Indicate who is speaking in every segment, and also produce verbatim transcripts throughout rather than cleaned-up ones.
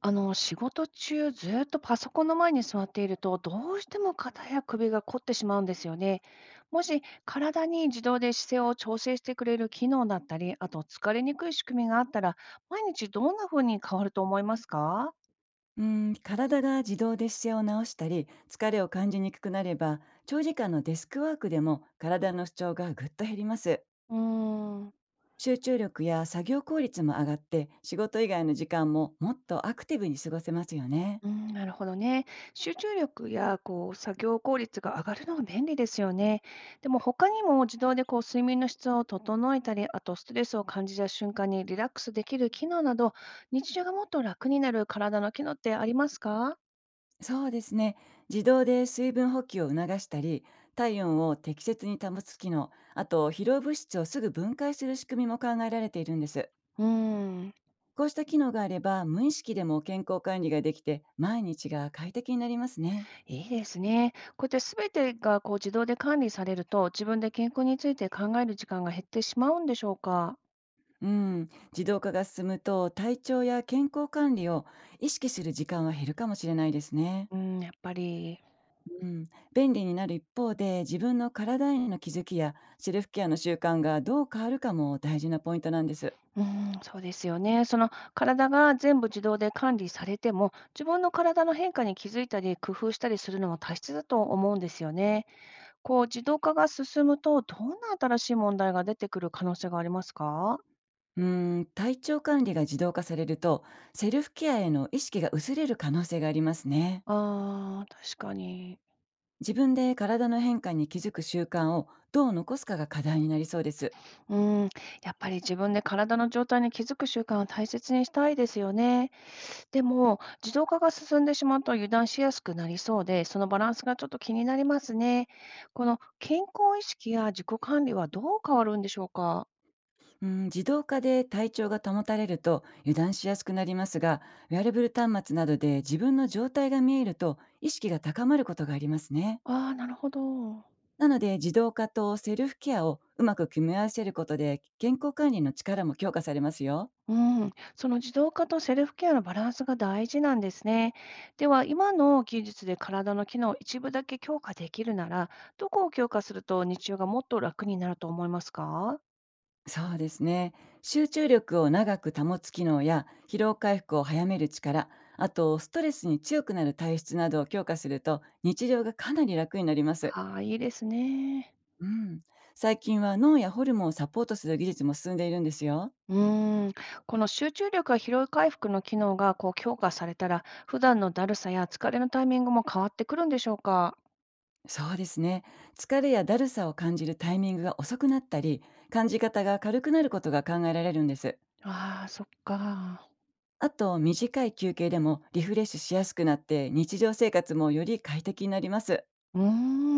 Speaker 1: あの、仕事中ずっとパソコンの前に座っていると、どうしても肩や首が凝ってしまうんですよね。もし体に自動で姿勢を調整してくれる機能だったり、あと疲れにくい仕組みがあったら、毎日どんな風に変わると思いますか？
Speaker 2: うん、体が自動で姿勢を直したり疲れを感じにくくなれば、長時間のデスクワークでも体の主張がぐっと減ります。
Speaker 1: うーん。
Speaker 2: 集中力や作業効率も上がって、仕事以外の時間ももっとアクティブに過ごせますよね。
Speaker 1: うん、なるほどね。集中力やこう作業効率が上がるのが便利ですよね。でも他にも自動でこう睡眠の質を整えたり、あとストレスを感じた瞬間にリラックスできる機能など、日常がもっと楽になる体の機能ってありますか？
Speaker 2: そうですね。自動で水分補給を促したり、体温を適切に保つ機能、あと疲労物質をすぐ分解する仕組みも考えられているんです。
Speaker 1: うん、
Speaker 2: こうした機能があれば、無意識でも健康管理ができて毎日が快適になりますね。
Speaker 1: いいですね。こうやってすべてがこう自動で管理されると、自分で健康について考える時間が減ってしまうんでしょうか。
Speaker 2: うん、自動化が進むと体調や健康管理を意識する時間は減るかもしれないですね。
Speaker 1: うん、やっぱり。
Speaker 2: うん、便利になる一方で自分の体への気づきやセルフケアの習慣がどう変わるかも大事なポイントなんです。
Speaker 1: うーん、そうですよね。その体が全部自動で管理されても、自分の体の変化に気づいたり、工夫したりするのも大切だと思うんですよね。こう、自動化が進むと、どんな新しい問題が出てくる可能性がありますか？
Speaker 2: うん、体調管理が自動化されると、セルフケアへの意識が薄れる可能性がありますね。
Speaker 1: ああ確かに。
Speaker 2: 自分で体の変化に気づく習慣をどう残すかが課題になりそうです。
Speaker 1: うん、やっぱり自分で体の状態に気づく習慣を大切にしたいですよね。でも、自動化が進んでしまうと油断しやすくなりそうで、そのバランスがちょっと気になりますね。この健康意識や自己管理はどう変わるんでしょうか？
Speaker 2: うん、自動化で体調が保たれると油断しやすくなりますが、ウェアレブル端末などで自分の状態が見えると意識が高まることがありますね。
Speaker 1: ああなるほど。
Speaker 2: なので、自動化とセルフケアをうまく組み合わせることで健康管理の力も強化されますよ。
Speaker 1: うん、その自動化とセルフケアのバランスが大事なんですね。では、今の技術で体の機能を一部だけ強化できるなら、どこを強化すると日中がもっと楽になると思いますか？
Speaker 2: そうですね。集中力を長く保つ機能や疲労回復を早める力、あとストレスに強くなる体質などを強化すると日常がかなり楽になります。
Speaker 1: ああー、いいですね。
Speaker 2: うん、最近は脳やホルモンをサポートする技術も進んでいるんですよ。
Speaker 1: うーん、この集中力や疲労回復の機能がこう強化されたら、普段のだるさや疲れのタイミングも変わってくるんでしょうか。
Speaker 2: そうですね。疲れやだるさを感じるタイミングが遅くなったり、感じ方が軽くなることが考えられるんです。
Speaker 1: ああ、そっか。
Speaker 2: あと、短い休憩でもリフレッシュしやすくなって、日常生活もより快適になります。
Speaker 1: うー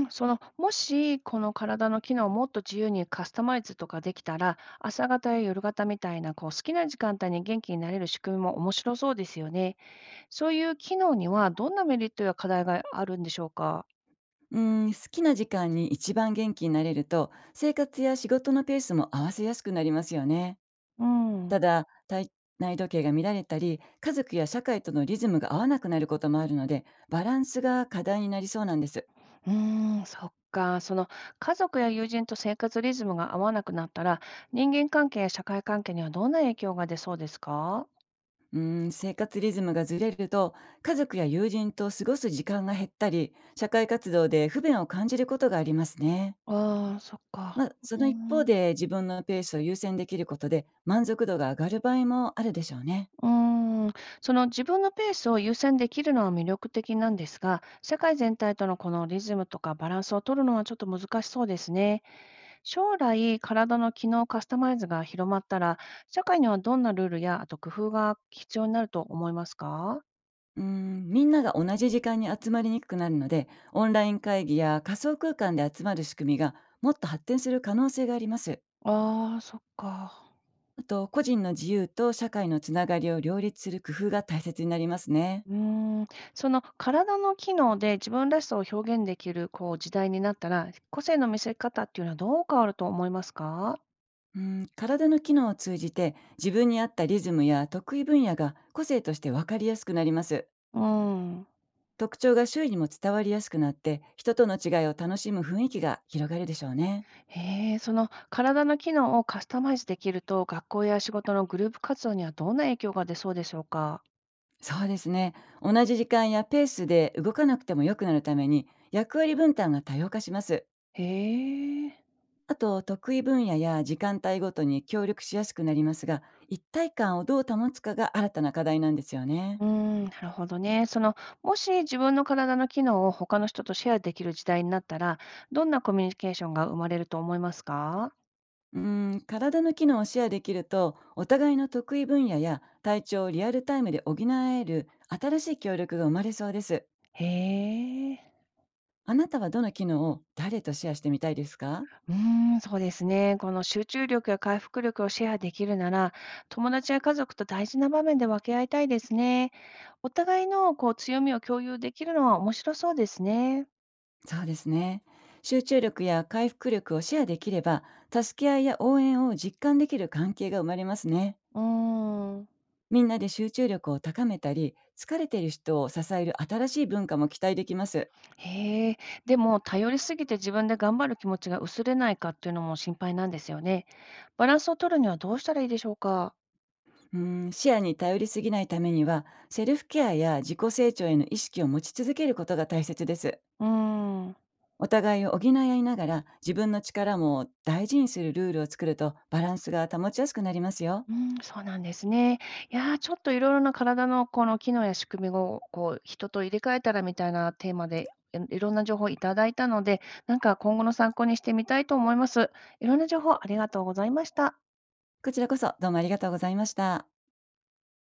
Speaker 1: ん、そのもしこの体の機能をもっと自由にカスタマイズとかできたら、朝方や夜方みたいなこう好きな時間帯に元気になれる仕組みも面白そうですよね。そういう機能にはどんなメリットや課題があるんでしょうか。
Speaker 2: うん、好きな時間に一番元気になれると、生活や仕事のペースも合わせやすくなりますよね。
Speaker 1: うん。
Speaker 2: ただ、体内時計が乱れたり、家族や社会とのリズムが合わなくなることもあるので、バランスが課題になりそうなんです。
Speaker 1: うーん、そっか。その家族や友人と生活リズムが合わなくなったら、人間関係や社会関係にはどんな影響が出そうですか？
Speaker 2: うーん、生活リズムがずれると、家族や友人と過ごす時間が減ったり、社会活動で不便を感じることがありますね。
Speaker 1: ああ、そっか。
Speaker 2: まあ、そ
Speaker 1: うー
Speaker 2: の一方
Speaker 1: ん。
Speaker 2: で自分のペースを優先できることで満足度が上がる場合もあるでしょうね。
Speaker 1: うーん、その自分のペースを優先できるのは魅力的なんですが、社会全体とのこのリズムとかバランスを取るのはちょっと難しそうですね。将来、体の機能カスタマイズが広まったら、社会にはどんなルールや、あと工夫が必要になると思いますか？
Speaker 2: うーん、みんなが同じ時間に集まりにくくなるので、オンライン会議や仮想空間で集まる仕組みがもっと発展する可能性があります。
Speaker 1: ああそっか。
Speaker 2: あと、個人の自由と社会のつながりを両立する工夫が大切になりますね。
Speaker 1: うーん、その体の機能で自分らしさを表現できるこう時代になったら、個性の見せ方っていうのはどう変わると思いますか？
Speaker 2: うん、体の機能を通じて自分に合ったリズムや得意分野が個性として分かりやすくなります。
Speaker 1: うーん。
Speaker 2: 特徴が周囲にも伝わりやすくなって、人との違いを楽しむ雰囲気が広がるでしょうね。
Speaker 1: へえ、その体の機能をカスタマイズできると、学校や仕事のグループ活動にはどんな影響が出そうでしょうか？
Speaker 2: そうですね。同じ時間やペースで動かなくても良くなるために役割分担が多様化します。
Speaker 1: へえ。
Speaker 2: あと、得意分野や時間帯ごとに協力しやすくなりますが、一体感をどう保つかが新たな課題なんですよね。
Speaker 1: うーん、なるほどね。その、もし自分の体の機能を他の人とシェアできる時代になったら、どんなコミュニケーションが生まれると思いますか？
Speaker 2: うーん、体の機能をシェアできると、お互いの得意分野や体調をリアルタイムで補える新しい協力が生まれそうです。
Speaker 1: へえ。
Speaker 2: あなたはどの機能を誰とシェアしてみたいですか？
Speaker 1: うーん、そうですね。この集中力や回復力をシェアできるなら、友達や家族と大事な場面で分け合いたいですね。お互いのこう強みを共有できるのは面白そうですね。
Speaker 2: そうですね。集中力や回復力をシェアできれば、助け合いや応援を実感できる関係が生まれますね。
Speaker 1: うーん。
Speaker 2: みんなで集中力を高めたり、疲れている人を支える新しい文化も期待できます。
Speaker 1: へえ。でも、頼りすぎて自分で頑張る気持ちが薄れないかっていうのも心配なんですよね。バランスを取るにはどうしたらいいでしょうか？
Speaker 2: うーん、視野に頼りすぎないためには、セルフケアや自己成長への意識を持ち続けることが大切です。
Speaker 1: うーん。
Speaker 2: お互いを補い合いながら、自分の力も大事にするルールを作ると、バランスが保ちやすくなりますよ。
Speaker 1: うん、そうなんですね。いやー、ちょっといろいろな体のこの機能や仕組みを、こう、人と入れ替えたらみたいなテーマで、えいろんな情報をいただいたので、なんか今後の参考にしてみたいと思います。いろんな情報ありがとうございました。
Speaker 2: こちらこそ、どうもありがとうございました。